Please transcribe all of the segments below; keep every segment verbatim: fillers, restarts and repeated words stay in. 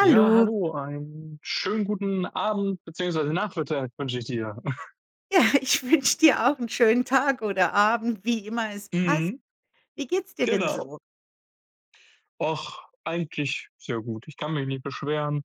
Ja, hallo, einen schönen guten Abend beziehungsweise Nachmittag wünsche ich dir. Ja, ich wünsche dir auch einen schönen Tag oder Abend, wie immer es passt. Mhm, Wie geht's dir denn genau. so? Och, eigentlich sehr gut. Ich kann mich nicht beschweren.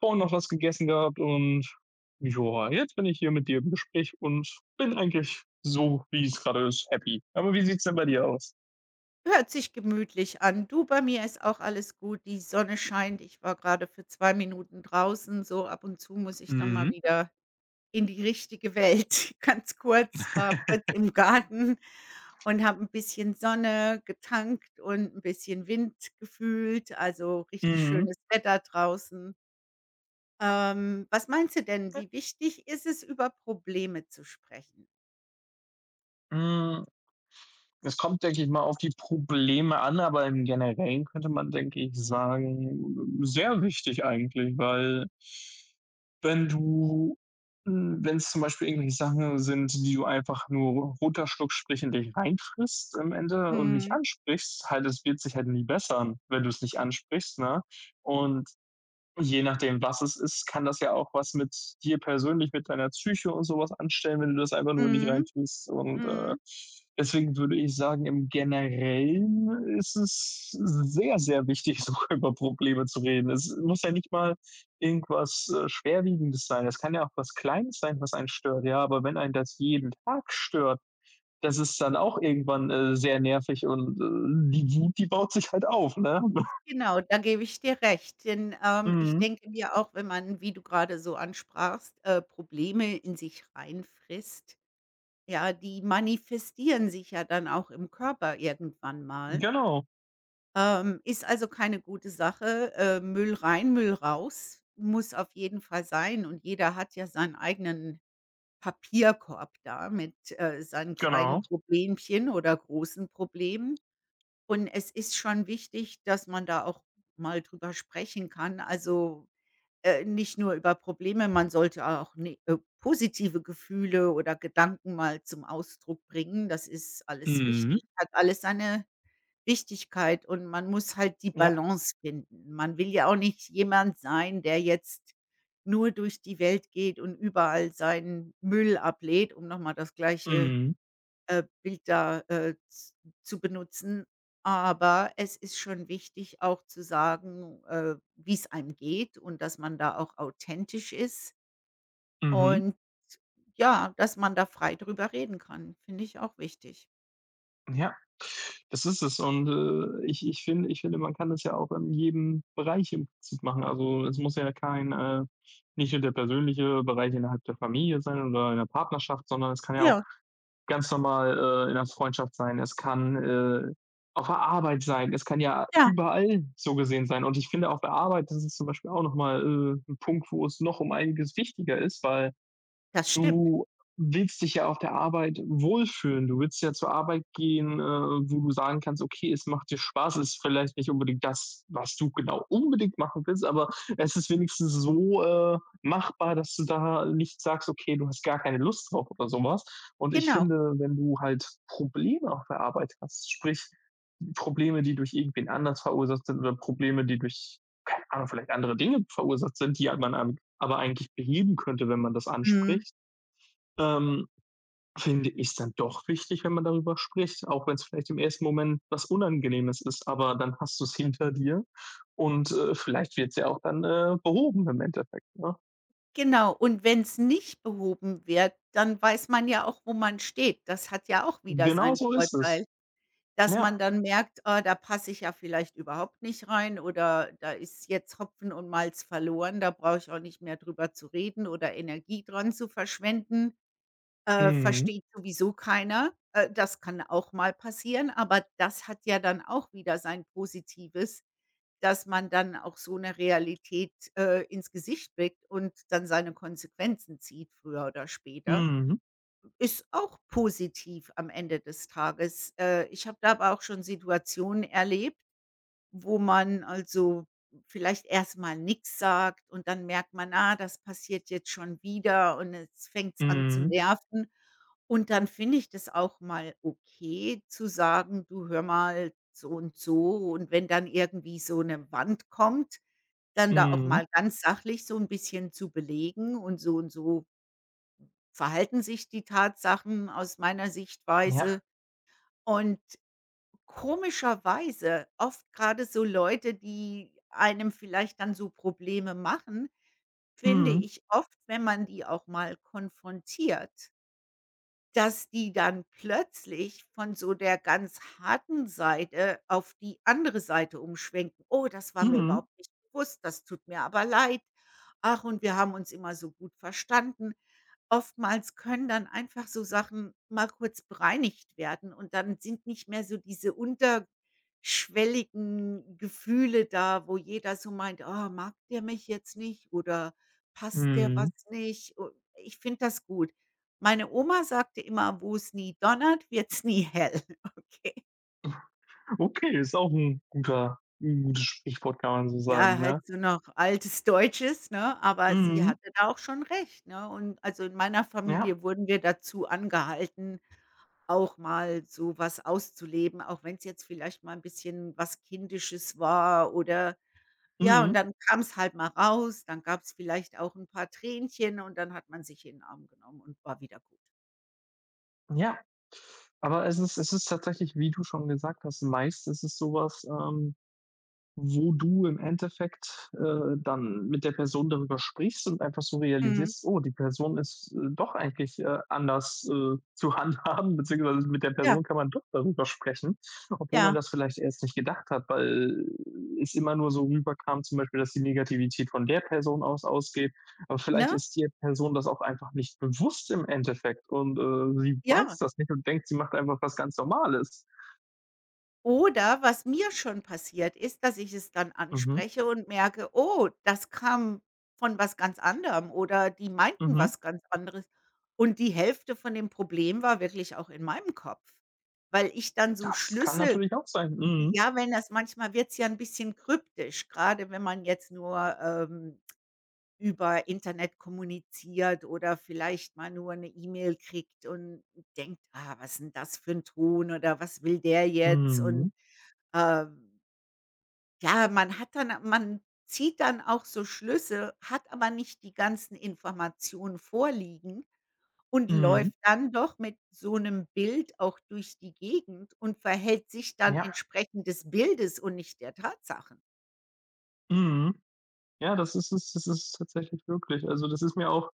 Vorhin noch was gegessen gehabt und joa, jetzt bin ich hier mit dir im Gespräch und bin eigentlich so, wie es gerade ist, happy. Aber wie sieht's denn bei dir aus? Hört sich gemütlich an. Du, bei mir ist auch alles gut. Die Sonne scheint. Ich war gerade für zwei Minuten draußen. So ab und zu muss ich dann mal Mhm, wieder in die richtige Welt. Ganz kurz, war kurz im Garten und habe ein bisschen Sonne getankt und ein bisschen Wind gefühlt. Also, richtig mhm. schönes Wetter draußen. Ähm, was meinst du denn, wie wichtig ist es, über Probleme zu sprechen? Hm. Es kommt, denke ich mal, auf die Probleme an, aber im Generellen könnte man, denke ich, sagen, sehr wichtig eigentlich, weil wenn du hm, wenn es zum Beispiel irgendwelche Sachen sind, die du einfach nur runterschluckst, sprich in dich reinfrisst am Ende und nicht Mhm. ansprichst, halt, es wird sich halt nie bessern, wenn du es nicht ansprichst, ne? Und je nachdem, was es ist, kann das ja auch was mit dir persönlich, mit deiner Psyche und sowas anstellen, wenn du das einfach nur nicht Mhm, reintust. Und, äh, mhm. Deswegen würde ich sagen, im Generellen ist es sehr, sehr wichtig, sogar über Probleme zu reden. Es muss ja nicht mal irgendwas, äh, Schwerwiegendes sein. Es kann ja auch was Kleines sein, was einen stört, ja, aber wenn einen das jeden Tag stört, das ist dann auch irgendwann, äh, sehr nervig und, äh, die Wut, die baut sich halt auf, ne? Genau, da gebe ich dir recht, denn, ähm, ich Mhm. denke mir auch, wenn man, wie du gerade so ansprachst, äh, Probleme in sich reinfrisst, ja, die manifestieren sich ja dann auch im Körper irgendwann mal. Genau, Ähm, ist also keine gute Sache. Äh, Müll rein, Müll raus muss auf jeden Fall sein, und jeder hat ja seinen eigenen Papierkorb da mit, äh, seinen kleinen genau. Problemchen oder großen Problemen. Und es ist schon wichtig, dass man da auch mal drüber sprechen kann. Also, äh, nicht nur über Probleme, man sollte auch ne äh, positive Gefühle oder Gedanken mal zum Ausdruck bringen. Das ist alles Mhm. wichtig, hat alles seine Wichtigkeit, und man muss halt die Ja, Balance finden. Man will ja auch nicht jemand sein, der jetzt nur durch die Welt geht und überall seinen Müll ablädt, um nochmal das gleiche mhm, äh, Bild da, äh, z zu benutzen. Aber es ist schon wichtig, auch zu sagen, äh, wie es einem geht und dass man da auch authentisch ist mhm, und, ja, dass man da frei drüber reden kann, finde ich auch wichtig. ja. Das ist es und, äh, ich ich finde, ich finde, man kann das ja auch in jedem Bereich im Prinzip machen. Also, es muss ja kein, äh nicht nur der persönliche Bereich innerhalb der Familie sein oder in der Partnerschaft, sondern es kann ja auch Ja, ganz normal, äh, in der Freundschaft sein. Es kann, äh, auf der Arbeit sein. Es kann ja ja, überall so gesehen sein. Und ich finde, auf der Arbeit, das ist zum Beispiel auch noch mal, äh, 'n Punkt, wo es noch um einiges wichtiger ist, weil das stimmt. du willst dich ja auf der Arbeit wohlfühlen. Du willst ja zur Arbeit gehen, äh, wo du sagen kannst: „Okay, es macht dir Spaß.“ Es ist vielleicht nicht unbedingt das, was du genau unbedingt machen willst, aber es ist wenigstens so, äh, machbar, dass du da nicht sagst: „Okay, du hast gar keine Lust drauf“ oder so was. Und ich Genau. finde, wenn du halt Probleme auf der Arbeit hast, sprich Probleme, die durch irgendwen anders verursacht sind oder Probleme, die durch, keine Ahnung, vielleicht andere Dinge verursacht sind, die man an aber eigentlich beheben könnte, wenn man das Mhm. anspricht, ähm, finde ich es dann doch wichtig, wenn man darüber spricht, auch wenn es vielleicht im ersten Moment was Unangenehmes ist, aber dann hast du es hinter dir und äh, vielleicht wird es ja auch dann äh, behoben im Endeffekt. Ne? Genau, und wenn es nicht behoben wird, dann weiß man ja auch, wo man steht. Das hat ja auch wieder Genau seinen so ist es. Vorteil, dass Ja. man dann merkt: „Ah, da passe ich ja vielleicht überhaupt nicht rein, oder da ist jetzt Hopfen und Malz verloren, da brauche ich auch nicht mehr drüber zu reden oder Energie dran zu verschwenden. Äh, Mhm. Versteht sowieso keiner.“ Äh, das kann auch mal passieren, aber das hat ja dann auch wieder sein Positives, dass man dann auch so 'ne Realität, äh, ins Gesicht blickt und dann seine Konsequenzen zieht, früher oder später, Mhm. ist auch positiv am Ende des Tages. Äh, ich habe da aber auch schon Situationen erlebt, wo man also vielleicht erst mal nix sagt und dann merkt man: „Ah, das passiert jetzt schon wieder, und jetzt fängt's an zu Mhm. nerven.“ Und dann finde ich das auch mal okay zu sagen: „Du, hör mal, so und so.“ Und wenn dann irgendwie so 'ne Wand kommt, dann da auch Mhm. mal ganz sachlich so 'n bisschen zu belegen, und so und so verhalten sich die Tatsachen aus meiner Ja. Sichtweise. Und komischerweise oft grade so Leute, die einem vielleicht dann so Probleme machen, finde Mhm. ich oft, wenn man die auch mal konfrontiert, dass die dann plötzlich von so der ganz harten Seite auf die andere Seite umschwenken: „Oh, das war mir Mhm. überhaupt nicht bewusst, das tut mir aber leid. Ach, und wir haben uns immer so gut verstanden.“ Oftmals können dann einfach so Sachen mal kurz bereinigt werden und dann sind nicht mehr so diese unterschwelligen Gefühle da, wo jeder so meint: „Oh, mag der mich jetzt nicht, oder passt der was Mhm. nicht?“ U Ich finde das gut. Meine Oma sagte immer: „Wo es nie donnert, wird's nie hell.“ Okay. Okay, ist auch ein guter, ein gutes Sprichwort, kann man so sagen, Ja, halt ne? so noch altes Deutsches, ne? Aber sie Mhm. hatte da auch schon recht, ne? Und also, in meiner Ja. Familie wurden wir dazu angehalten, auch mal so was auszuleben, auch wenn's jetzt vielleicht mal 'n bisschen was Kindisches war, oder ja, und Mhm. dann kam's halt mal raus, dann gab's vielleicht auch 'n paar Tränchen, und dann hat man sich in 'n Arm genommen und war wieder gut. Ja. Aber es ist, es ist tatsächlich, wie du schon gesagt hast, meist ist es sowas, ähm, wo du im Endeffekt, äh, dann mit der Person darüber sprichst und einfach so Mhm. realisierst: „Oh, die Person ist, äh, doch eigentlich, äh, anders, äh, zu handhaben“, beziehungsweise mit der Person Ja, kann man doch darüber sprechen, obwohl man ja, das vielleicht erst nicht gedacht hat, weil es immer nur so rüberkam, zum Beispiel, dass die Negativität von der Person aus ausgeht. Aber vielleicht ne? ist die Person das auch einfach nicht bewusst im Endeffekt und, äh, sie weiß Ja. das nicht und denkt, sie macht einfach was ganz Normales. Oder was mir schon passiert ist, dass ich es dann Mhm, anspreche und merke: „Oh, das kam von was ganz anderem, oder die meinten mhm. was ganz anderes.“ Und die Hälfte von dem Problem war wirklich auch in meinem Kopf, weil ich dann so Das kann Schlüssel natürlich auch sein. Mhm. ja, wenn das, manchmal wird's ja ein bisschen kryptisch, gerade wenn man jetzt nur, ähm über Internet kommuniziert oder vielleicht mal nur eine E-Mail kriegt und denkt: „Ah, was 'n das für ein Ton oder was will der jetzt?“ Mhm, Und, ähm, ja, man hat dann man zieht dann auch so Schlüsse, hat aber nicht die ganzen Informationen vorliegen und mhm, läuft dann doch mit so einem Bild auch durch die Gegend und verhält sich dann ja, entsprechend des Bildes und nicht der Tatsachen. mhm. Ja, das ist es das ist tatsächlich wirklich. Also, das ist mir auch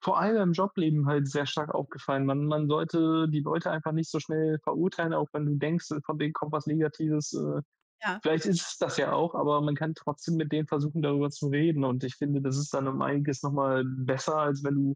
vor allem im Jobleben halt sehr stark aufgefallen. Man man sollte die Leute einfach nicht so schnell verurteilen, auch wenn du denkst, äh, von denen kommt was Negatives. Äh, Ja. Vielleicht ist es das ja auch, aber man kann trotzdem mit denen versuchen, darüber zu reden. Und ich finde, das ist dann um einiges noch mal besser, als wenn du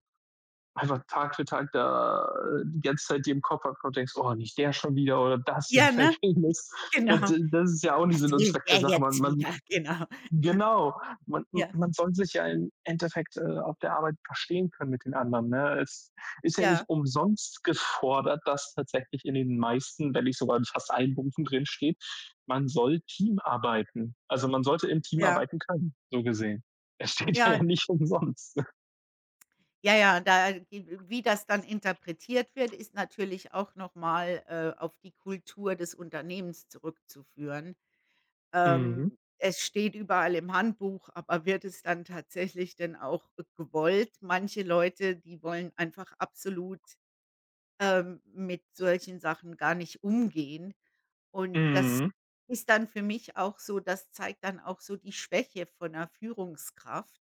einfach Tag für Tag da, äh, die ganze Zeit dir im Kopf hast und denkst: „Oh, nicht der schon wieder oder das und Ja, ne? fällt gegen das.“ Das Genau. das ist ja auch nicht „Was Sinn und will Zweck der der Sache. Man jetzt man wieder?“ Genau. genau. Man Ja, man soll sich ja im Endeffekt, äh, auf der Arbeit verstehen können mit den anderen, ne? Es ist ja nicht ja, umsonst gefordert, dass tatsächlich in den meisten, wenn nicht sogar in fast allen Berufen drinsteht, man soll teamarbeiten. Also, man sollte im Team ja, arbeiten können, so gesehen. Es steht ja ja, nicht umsonst. ja, ja, da wie das dann interpretiert wird, ist natürlich auch nochmal äh, auf die Kultur des Unternehmens zurückzuführen. Mhm. Ähm, es steht überall im Handbuch, aber wird es dann tatsächlich denn auch gewollt? Manche Leute, die wollen einfach absolut, ähm, mit solchen Sachen gar nicht umgehen. Und das Mhm. ist dann für mich auch so, das zeigt dann auch so die Schwäche von einer Führungskraft.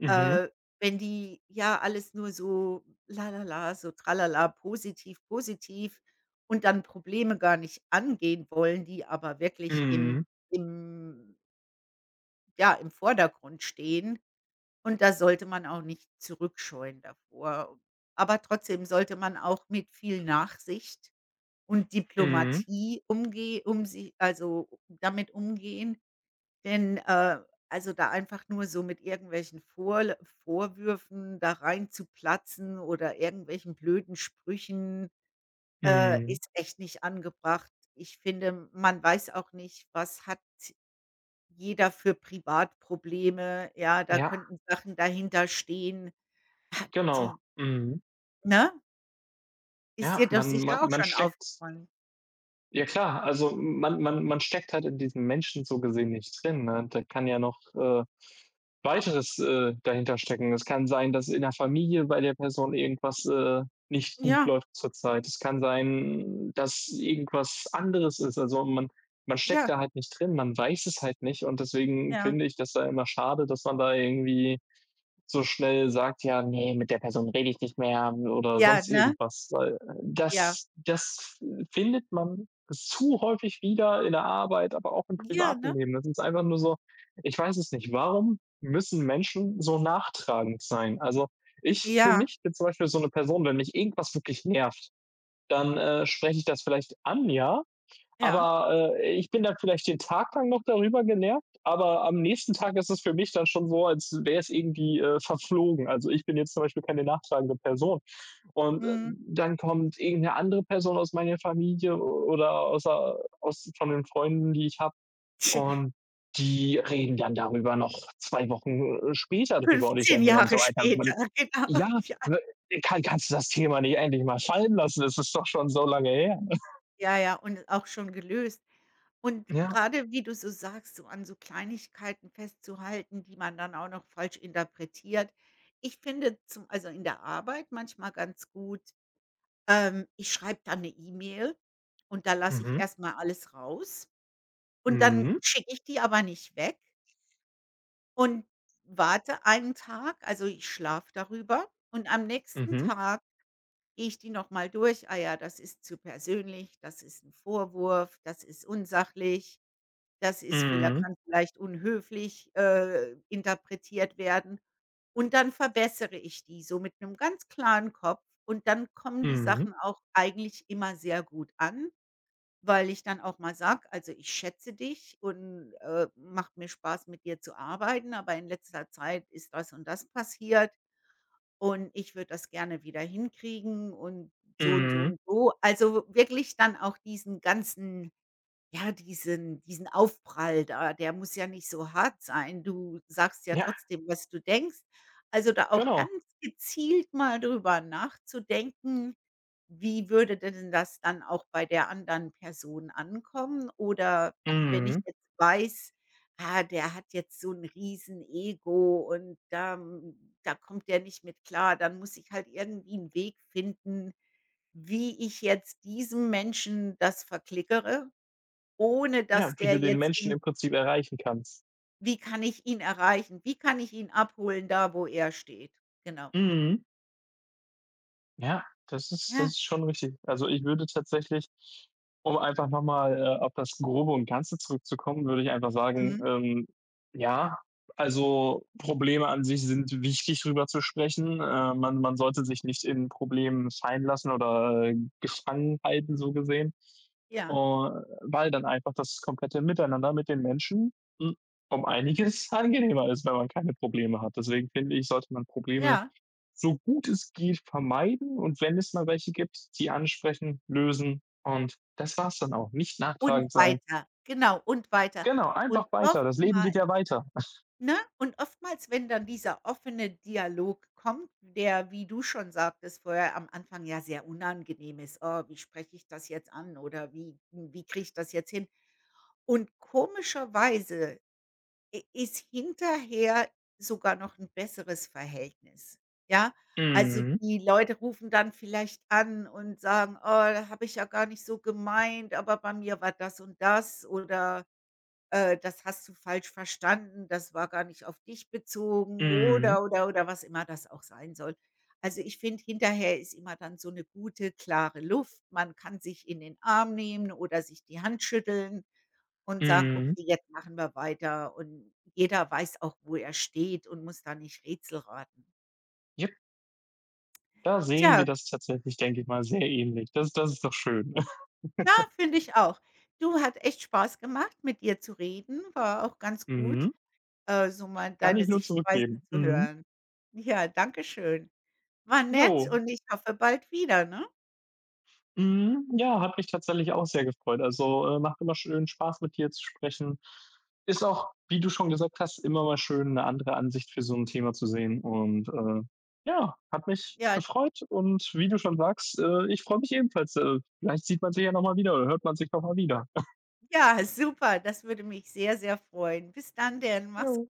Mhm. Äh, Wenn die ja alles nur so la la la, so tralala, positiv, positiv, und dann Probleme gar nicht angehen wollen, die aber wirklich Mhm. im im ja, im Vordergrund stehen. Und da sollte man auch nicht zurückscheuen davor. Aber trotzdem sollte man auch mit viel Nachsicht und Mhm. Diplomatie umgehen, um sie, also damit umgehen, denn, äh also, da einfach nur so mit irgendwelchen Vorl Vorwürfen da rein zu platzen oder irgendwelchen blöden Sprüchen, äh, Mhm. ist echt nicht angebracht. Ich finde, man weiß auch nicht, was hat jeder für Privatprobleme. Ja, da Ja, könnten Sachen dahinter stehen, genau. die Mhm. ne? Ist Ja, dir doch man man sicher auch man schon steckt aufgefallen. ja klar, also man man man steckt halt in diesem Menschen so gesehen nicht drin, ne? Da kann ja noch, äh, weiteres, äh, dahinter stecken. Es kann sein, dass in der Familie bei der Person irgendwas, äh, nicht gut Ja, läuft zurzeit. Es kann sein, dass irgendwas anderes ist. Also man man steckt ja, da halt nicht drin, man weiß es halt nicht und deswegen ja, finde ich das da immer schade, dass man da irgendwie so schnell sagt, ja, ne, mit der Person rede ich nicht mehr oder ja, sonst ne? irgendwas. Weil Ja, das das findet man zu häufig wieder in der Arbeit, aber auch im ja, privaten ne? Leben. Das ist einfach nur so, ich weiß es nicht, warum müssen Menschen so nachtragend sein? Also ich für Ja, mich bin zum Beispiel so eine Person, wenn mich irgendwas wirklich nervt, dann, äh, spreche ich das vielleicht an, ja, ja, aber, äh, ich bin dann vielleicht den Tag lang noch darüber genervt, aber am nächsten Tag ist es für mich dann schon so, als wäre es irgendwie, äh, verflogen. Also, ich bin jetzt zum Beispiel keine nachtragende Person. Und, äh, mhm. dann kommt irgendeine andere Person aus meiner Familie oder aus der aus von den Freunden, die ich habe und die reden dann darüber noch zwei Wochen, äh, später drüber. Und ich Fünfzehn denke mir dann so: Jahre „Alter, Mann, später, genau. ja, Ja, w kann kannst du das Thema nicht endlich mal fallen lassen? Es ist doch schon so lange her.“ ja, ja, und auch schon gelöst. Und Ja, gerade, wie du so sagst, so an so Kleinigkeiten festzuhalten, die man dann auch noch falsch interpretiert. Ich finde zum also in der Arbeit manchmal ganz gut, ähm, ich schreibe dann 'ne E-Mail und da lasse ich mhm, erst mal alles raus und dann mhm. schicke ich die aber nicht weg und warte einen Tag, also ich schlafe darüber, und am nächsten Mhm. Tag gehe ich die noch mal durch. Ah ja, das ist zu persönlich, das ist ein Vorwurf, das ist unsachlich, das ist vieler, Mhm. kann vielleicht unhöflich, äh, interpretiert werden. Und dann verbessere ich die so mit einem ganz klaren Kopf, und dann kommen die Mhm. Sachen auch eigentlich immer sehr gut an, weil ich dann auch mal sage: „Also, ich schätze dich und, äh, macht mir Spaß, mit dir zu arbeiten, aber in letzter Zeit ist das und das passiert. Und ich würde das gerne wieder hinkriegen und so und so Mhm. und so. Also, wirklich dann auch diesen ganzen, ja, diesen diesen Aufprall da, der muss ja nicht so hart sein. Du sagst ja Ja, trotzdem, was du denkst. Also, da auch genau. ganz gezielt mal drüber nachzudenken, wie würde denn das dann auch bei der anderen Person ankommen? Oder wenn ich Mhm. jetzt weiß, ah, der hat jetzt so 'n Riesenego und da hm, da kommt der nicht mit klar, dann muss ich halt irgendwie einen Weg finden, wie ich jetzt diesem Menschen das verklickere. ohne Ja, dass wie du der den jetzt Menschen in im Prinzip erreichen kannst. wie kann ich ihn erreichen? Wie kann ich ihn abholen, da wo er steht? Genau. Mhm. Ja, das ist das Ja. ist schon richtig. Also, ich würde tatsächlich um einfach noch mal, äh, auf das Grobe und Ganze zurückzukommen, würde ich einfach sagen, Mhm. ähm, ja, also, Probleme an sich sind wichtig, drüber zu sprechen. Äh, man man sollte sich nicht in Problemen fallen lassen oder, äh, gefangen halten, so gesehen. Äh, Ja, Weil dann einfach das komplette Miteinander mit den Menschen, hm, um einiges angenehmer ist, wenn man keine Probleme hat. Deswegen finde ich, sollte man Probleme ja. so gut es geht, vermeiden und wenn es mal welche gibt, die ansprechen, lösen und das war's dann auch. Nicht Und nachtragend sein. weiter. Genau, und weiter. Genau, Und einfach weiter. Das Leben oftmal geht ja weiter. Ne? Und oftmals, wenn dann dieser offene Dialog kommt, der, wie du schon sagtest vorher, am Anfang ja sehr unangenehm ist: „Oh, wie spreche ich das jetzt an?“ oder „Wie wie kriege ich das jetzt hin?“ Und komischerweise i ist hinterher sogar noch ein besseres Verhältnis, ja? Also, Mhm, die Leute rufen dann vielleicht an und sagen: „Oh, da habe ich ja gar nicht so gemeint, aber bei mir war das und das“, oder, äh: „Das hast du falsch verstanden, das war gar nicht auf dich bezogen“, mhm, oder, oder, oder was immer das auch sein soll. Also, ich finde, hinterher ist immer dann so eine gute, klare Luft. Man kann sich in den Arm nehmen oder sich die Hand schütteln. Und sagen: „Okay, mhm. jetzt machen wir weiter.“ Und jeder weiß auch, wo er steht, und muss da nicht Rätsel raten. Jep, da sehen wir Tja, das tatsächlich, denke ich mal, sehr ähnlich. Das das ist doch schön. ja, finde ich auch. Du, hat echt Spaß gemacht, mit dir zu reden. War auch ganz gut, Mhm. äh, so mal Kann deine ich nur Sichtweise zurückgeben. zu Mhm. hören. Ja, danke schön. War Jo, nett, und ich hoffe bald wieder, ne? mhm, ja, hat mich tatsächlich auch sehr gefreut. Also, äh, macht immer schön Spaß, mit dir zu sprechen. Ist auch, wie du schon gesagt hast, immer mal schön, eine andere Ansicht für so ein Thema zu sehen und, äh, ja, hat mich Ja, gefreut und wie du schon sagst, äh, ich freue mich ebenfalls. Äh, vielleicht sieht man sich ja noch mal wieder oder hört man sich noch mal wieder. ja, super. Das würde mich sehr, sehr freuen. Bis dann denn. Mach's Jo.